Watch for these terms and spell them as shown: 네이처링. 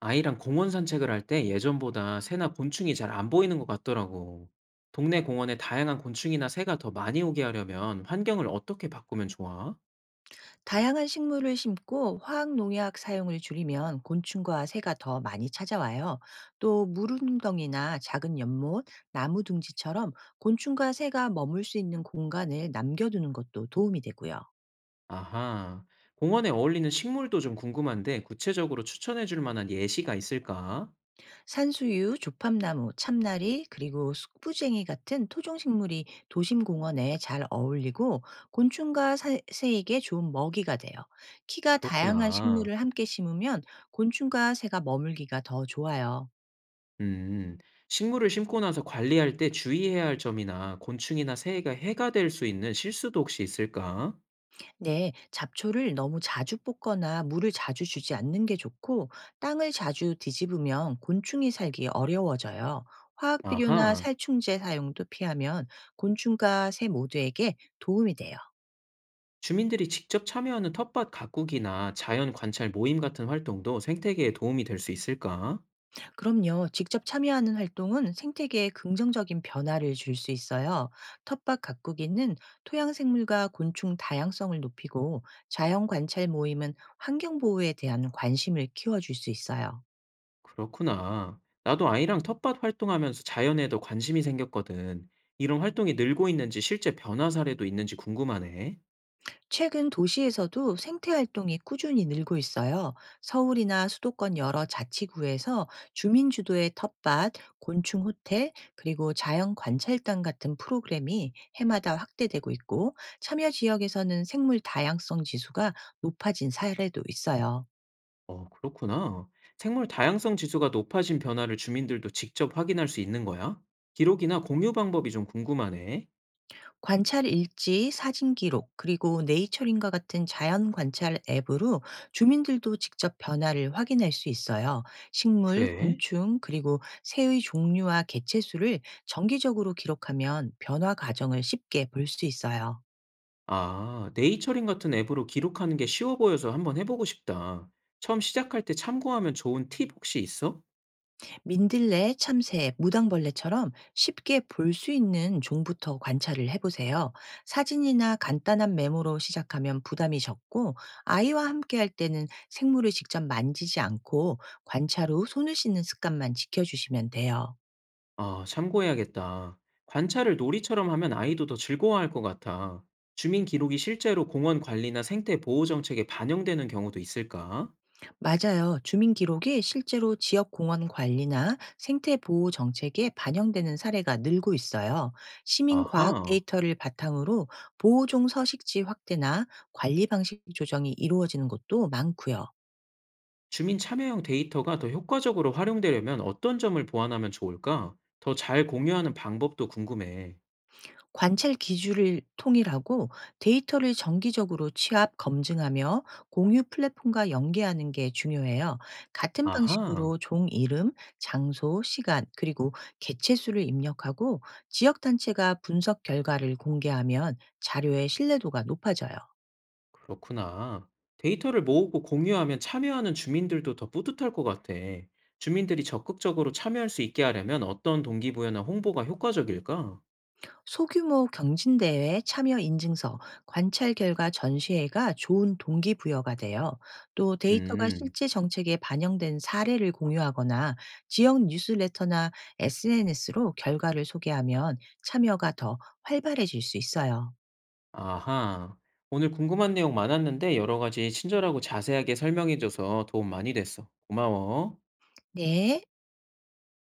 아이랑 공원 산책을 할 때 예전보다 새나 곤충이 잘 안 보이는 것 같더라고. 동네 공원에 다양한 곤충이나 새가 더 많이 오게 하려면 환경을 어떻게 바꾸면 좋아? 다양한 식물을 심고 화학 농약 사용을 줄이면 곤충과 새가 더 많이 찾아와요. 또 물운덩이나 작은 연못, 나무 둥지처럼 곤충과 새가 머물 수 있는 공간을 남겨두는 것도 도움이 되고요. 아하, 공원에 어울리는 식물도 좀 궁금한데 구체적으로 추천해 줄 만한 예시가 있을까? 산수유, 조팝나무, 참나리, 그리고 숙부쟁이 같은 토종식물이 도심 공원에 잘 어울리고 곤충과 새에게 좋은 먹이가 돼요. 키가 다양한 그렇구나. 식물을 함께 심으면 곤충과 새가 머물기가 더 좋아요. 음, 식물을 심고 나서 관리할 때 주의해야 할 점이나 곤충이나 새가 해가 될 수 있는 실수도 혹시 있을까? 네, 잡초를 너무 자주 뽑거나 물을 자주 주지 않는 게 좋고, 땅을 자주 뒤집으면 곤충이 살기 어려워져요. 화학 비료나 아하. 살충제 사용도 피하면 곤충과 새 모두에게 도움이 돼요. 주민들이 직접 참여하는 텃밭 가꾸기나 자연 관찰 모임 같은 활동도 생태계에 도움이 될 수 있을까? 그럼요, 직접 참여하는 활동은 생태계에 긍정적인 변화를 줄 수 있어요. 텃밭 가꾸기는 토양 생물과 곤충 다양성을 높이고, 자연 관찰 모임은 환경 보호에 대한 관심을 키워줄 수 있어요. 그렇구나. 나도 아이랑 텃밭 활동하면서 자연에 더 관심이 생겼거든. 이런 활동이 늘고 있는지 실제 변화 사례도 있는지 궁금하네. 최근 도시에서도 생태 활동이 꾸준히 늘고 있어요. 서울이나 수도권 여러 자치구에서 주민 주도의 텃밭, 곤충 호태, 그리고 자연 관찰단 같은 프로그램이 해마다 확대되고 있고 참여 지역에서는 생물 다양성 지수가 높아진 사례도 있어요. 어, 그렇구나. 생물 다양성 지수가 높아진 변화를 주민들도 직접 확인할 수 있는 거야? 기록이나 공유 방법이 좀 궁금하네. 관찰 일지, 사진 기록, 그리고 네이처링과 같은 자연 관찰 앱으로 주민들도 직접 변화를 확인할 수 있어요. 식물, 그래? 곤충, 그리고 새의 종류와 개체 수를 정기적으로 기록하면 변화 과정을 쉽게 볼 수 있어요. 아, 네이처링 같은 앱으로 기록하는 게 쉬워 보여서 한번 해보고 싶다. 처음 시작할 때 참고하면 좋은 팁 혹시 있어? 민들레, 참새, 무당벌레처럼 쉽게 볼 수 있는 종부터 관찰을 해보세요. 사진이나 간단한 메모로 시작하면 부담이 적고 아이와 함께 할 때는 생물을 직접 만지지 않고 관찰 후 손을 씻는 습관만 지켜주시면 돼요. 아, 참고해야겠다. 관찰을 놀이처럼 하면 아이도 더 즐거워할 것 같아. 주민 기록이 실제로 공원 관리나 생태 보호 정책에 반영되는 경우도 있을까? 맞아요. 주민 기록이 실제로 지역 공원 관리나 생태 보호 정책에 반영되는 사례가 늘고 있어요. 시민 과학 아하, 데이터를 바탕으로 보호종 서식지 확대나 관리 방식 조정이 이루어지는 곳도 많고요. 주민 참여형 데이터가 더 효과적으로 활용되려면 어떤 점을 보완하면 좋을까? 더 잘 공유하는 방법도 궁금해. 관찰 기준을 통일하고 데이터를 정기적으로 취합 검증하며 공유 플랫폼과 연계하는 게 중요해요. 같은 아하. 방식으로 종 이름, 장소, 시간, 그리고 개체 수를 입력하고 지역 단체가 분석 결과를 공개하면 자료의 신뢰도가 높아져요. 그렇구나. 데이터를 모으고 공유하면 참여하는 주민들도 더 뿌듯할 것 같아. 주민들이 적극적으로 참여할 수 있게 하려면 어떤 동기부여나 홍보가 효과적일까? 소규모 경진대회 참여 인증서, 관찰 결과 전시회가 좋은 동기부여가 돼요. 또 데이터가 음, 실제 정책에 반영된 사례를 공유하거나 지역 뉴스레터나 SNS로 결과를 소개하면 참여가 더 활발해질 수 있어요. 아하. 오늘 궁금한 내용 많았는데 여러 가지 친절하고 자세하게 설명해줘서 도움 많이 됐어. 고마워. 네.